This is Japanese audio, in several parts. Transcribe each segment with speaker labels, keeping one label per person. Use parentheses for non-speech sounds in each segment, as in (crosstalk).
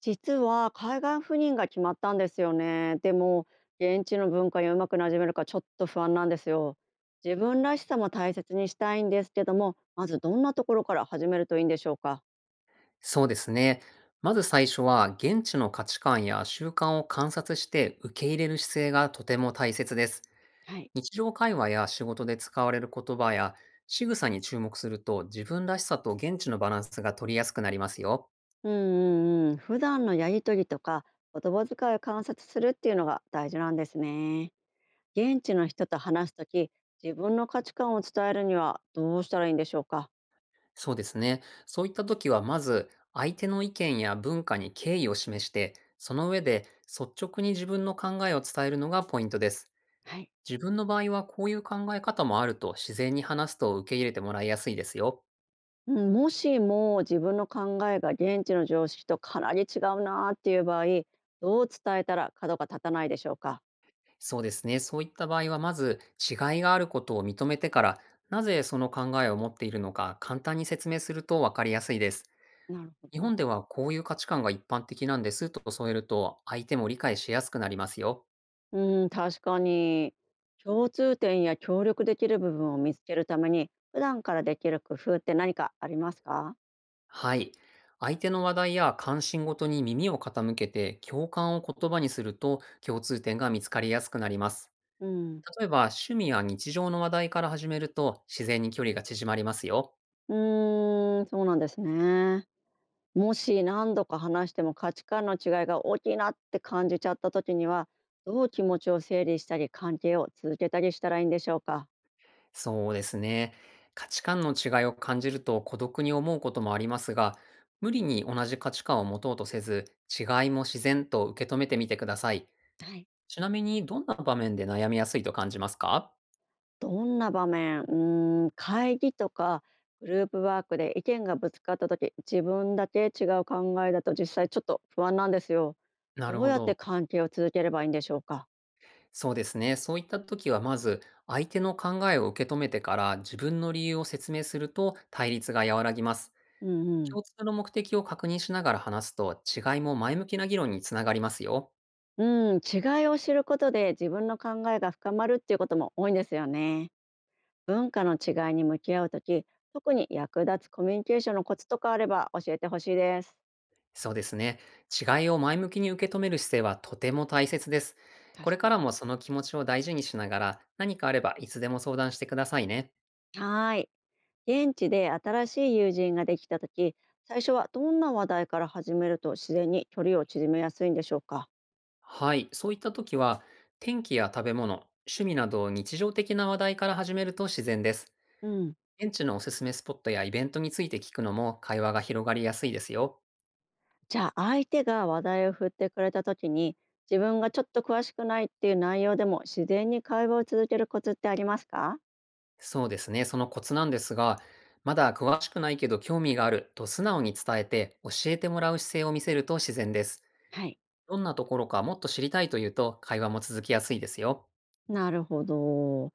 Speaker 1: 実は海岸赴任が決まったんですよね。でも、現地の文化にうまく馴染めるかちょっと不安なんですよ。自分らしさも大切にしたいんですけども、まずどんなところから始めるといいんでしょうか。
Speaker 2: そうですね。まず最初は現地の価値観や習慣を観察して受け入れる姿勢がとても大切です。
Speaker 1: はい。
Speaker 2: 日常会話や仕事で使われる言葉や仕草に注目すると、自分らしさと現地のバランスが取りやすくなりますよ。
Speaker 1: うんうんうん。普段のやりとりとか、言葉遣いを観察するっていうのが大事なんですね。現地の人と話すとき、自分の価値観を伝えるにはどうしたらいいんでしょうか。
Speaker 2: そうですね。そういった時は、まず相手の意見や文化に敬意を示して、その上で率直に自分の考えを伝えるのがポイントです。
Speaker 1: はい。
Speaker 2: 自分の場合はこういう考え方もあると自然に話すと、受け入れてもらいやすいですよ。
Speaker 1: うん、もしも自分の考えが現地の常識とかなり違うなっていう場合、どう伝えたら角が立たないでしょうか？
Speaker 2: そうですね。そういった場合は、まず違いがあることを認めてから、なぜその考えを持っているのか簡単に説明すると分かりやすいです。
Speaker 1: なるほ
Speaker 2: 日
Speaker 1: ど。
Speaker 2: 本ではこういう価値観が一般的なんですと添えると、相手も理解しやすくなりますよ。
Speaker 1: うん、確かに、共通点や協力できる部分を見つけるために普段からできる工夫って何かありますか？
Speaker 2: はい。相手の話題や関心ごとに耳を傾けて、共感を言葉にすると共通点が見つかりやすくなります。
Speaker 1: うん。
Speaker 2: 例えば趣味や日常の話題から始めると、自然に距離が縮まりますよ。
Speaker 1: うーん、そうなんですね。もし何度か話しても価値観の違いが大きいなって感じちゃった時には、どう気持ちを整理したり関係を続けたりしたらいいんでしょうか？
Speaker 2: そうですね。価値観の違いを感じると孤独に思うこともありますが、無理に同じ価値観を持とうとせず、違いも自然と受け止めてみてください。
Speaker 1: はい。
Speaker 2: ちなみに、どんな場面で悩みやすいと感じますか？
Speaker 1: どんな場面、うーん、会議とかグループワークで意見がぶつかった時、自分だけ違う考えだと実際ちょっと不安なんですよ。
Speaker 2: な
Speaker 1: ど
Speaker 2: る
Speaker 1: う
Speaker 2: ほ
Speaker 1: やって
Speaker 2: ど。
Speaker 1: 関係を続ければいいんでしょうか。
Speaker 2: そうですね。そういった時は、まず、相手の考えを受け止めてから自分の理由を説明すると対立が和らぎます。
Speaker 1: うんうん。
Speaker 2: 共通の目的を確認しながら話すと、違いも前向きな議論につながりますよ。
Speaker 1: うん、違いを知ることで自分の考えが深まるっていうことも多いんですよね。文化の違いに向き合う時、特に役立つコミュニケーションのコツとかあれば教えてほしいです。
Speaker 2: そうですね。違いを前向きに受け止める姿勢はとても大切です。こ
Speaker 1: 確
Speaker 2: れ
Speaker 1: か
Speaker 2: から
Speaker 1: に。
Speaker 2: もその気持ちを大事にしながら、何かあればいつでも相談してくださいね。
Speaker 1: はーい。現地で新しい友人ができた時、最初はどんな話題から始めると自然に距離を縮めやすいんでしょうか？
Speaker 2: はい、そういった時は、天気や食べ物、趣味など日常的な話題から始めると自然です。
Speaker 1: うん、
Speaker 2: 現地のおすすめスポットやイベントについて聞くのも、会話が広がりやすいですよ。
Speaker 1: じゃあ相手が話題を振ってくれた時に、自分がちょっと詳しくないっていう内容でも自然に会話を続けるコツってありますか？
Speaker 2: そうですね、そのコツなんですが、まだ詳しくないけど興味があると素直に伝えて、教えてもらう姿勢を見せると自然です。
Speaker 1: はい。
Speaker 2: どんなところかもっと知りたいというと、会話も続きやすいですよ。
Speaker 1: なるほど。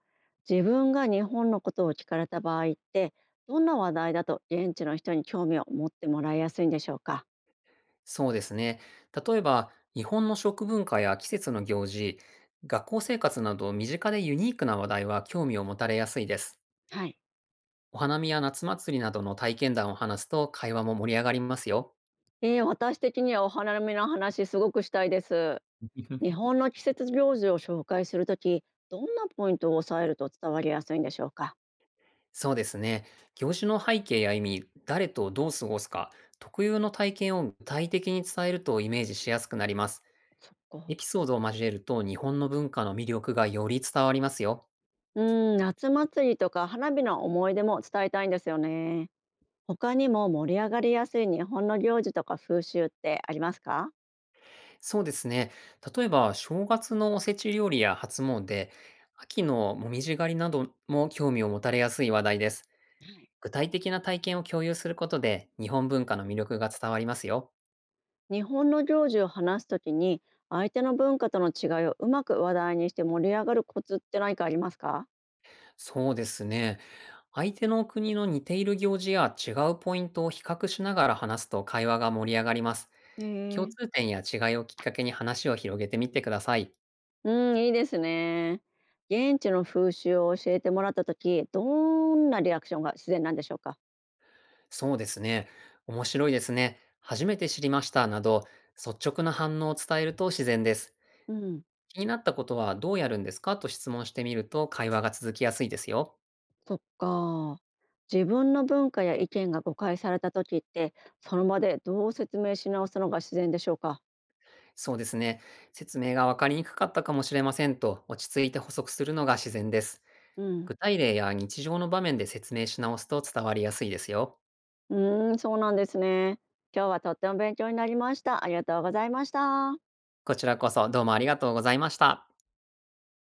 Speaker 1: 自分が日本のことを聞かれた場合って、どんな話題だと現地の人に興味を持ってもらいやすいんでしょうか？
Speaker 2: そうですね。例えば、日本の食文化や季節の行事、学校生活など身近でユニークな話題は興味を持たれやすいです。
Speaker 1: はい。
Speaker 2: お花見や夏祭りなどの体験談を話すと、会話も盛り上がりますよ。
Speaker 1: 私的にはお花見の話すごくしたいです。日
Speaker 2: (laughs)
Speaker 1: 本の季節行事を紹介するとき、どんなポイントを押さえると伝わりやすいんでしょうか。
Speaker 2: そうですね。行事の背景や意味、誰とどう過ごすか、特有の体験を具体的に伝えるとイメージしやすくなります。
Speaker 1: そっか。
Speaker 2: エピソードを交えると、日本の文化の魅力がより伝わりますよ。
Speaker 1: うーん、夏祭りとか花火の思い出も伝えたいんですよね。他にも盛り上がりやすい日本の行事とか風習ってありますか？
Speaker 2: そうですね。例えば、正月のおせち料理や初詣、秋のもみじ狩りなども興味を持たれやすい話題です。具体的な体験を共有することで、日本文化の魅力が伝わりますよ。
Speaker 1: 日本の行事を話すときに、相手の文化との違いをうまく話題にして盛り上がるコツって何かありますか？
Speaker 2: そうですね。相手の国の似ている行事や違うポイントを比較しながら話すと、会話が盛り上がります。
Speaker 1: へ
Speaker 2: 共
Speaker 1: え。
Speaker 2: 通点や違いをきっかけに話を広げてみてください。
Speaker 1: うん、いいですね。現地の風習を教えてもらったとき、どんなリアクションが自然なんでしょうか？
Speaker 2: そうですね。面白いですね、初めて知りましたなど、率直な反応を伝えると自然です。
Speaker 1: うん、
Speaker 2: 気になったことはどうやるんですかと質問してみると、会話が続きやすいですよ。
Speaker 1: そっか。自分の文化や意見が誤解された時って、その場でどう説明し直すのが自然でしょうか。
Speaker 2: そうですね。説明がわかりにくかったかもしれませんと落ち着いて補足するのが自然です。
Speaker 1: うん、
Speaker 2: 具体例や日常の場面で説明し直すと伝わりやすいですよ。
Speaker 1: うーん、そうなんですね。今日はとっても勉強になりました。ありがとうございました。
Speaker 2: こちらこそ、どうもありがとうございました。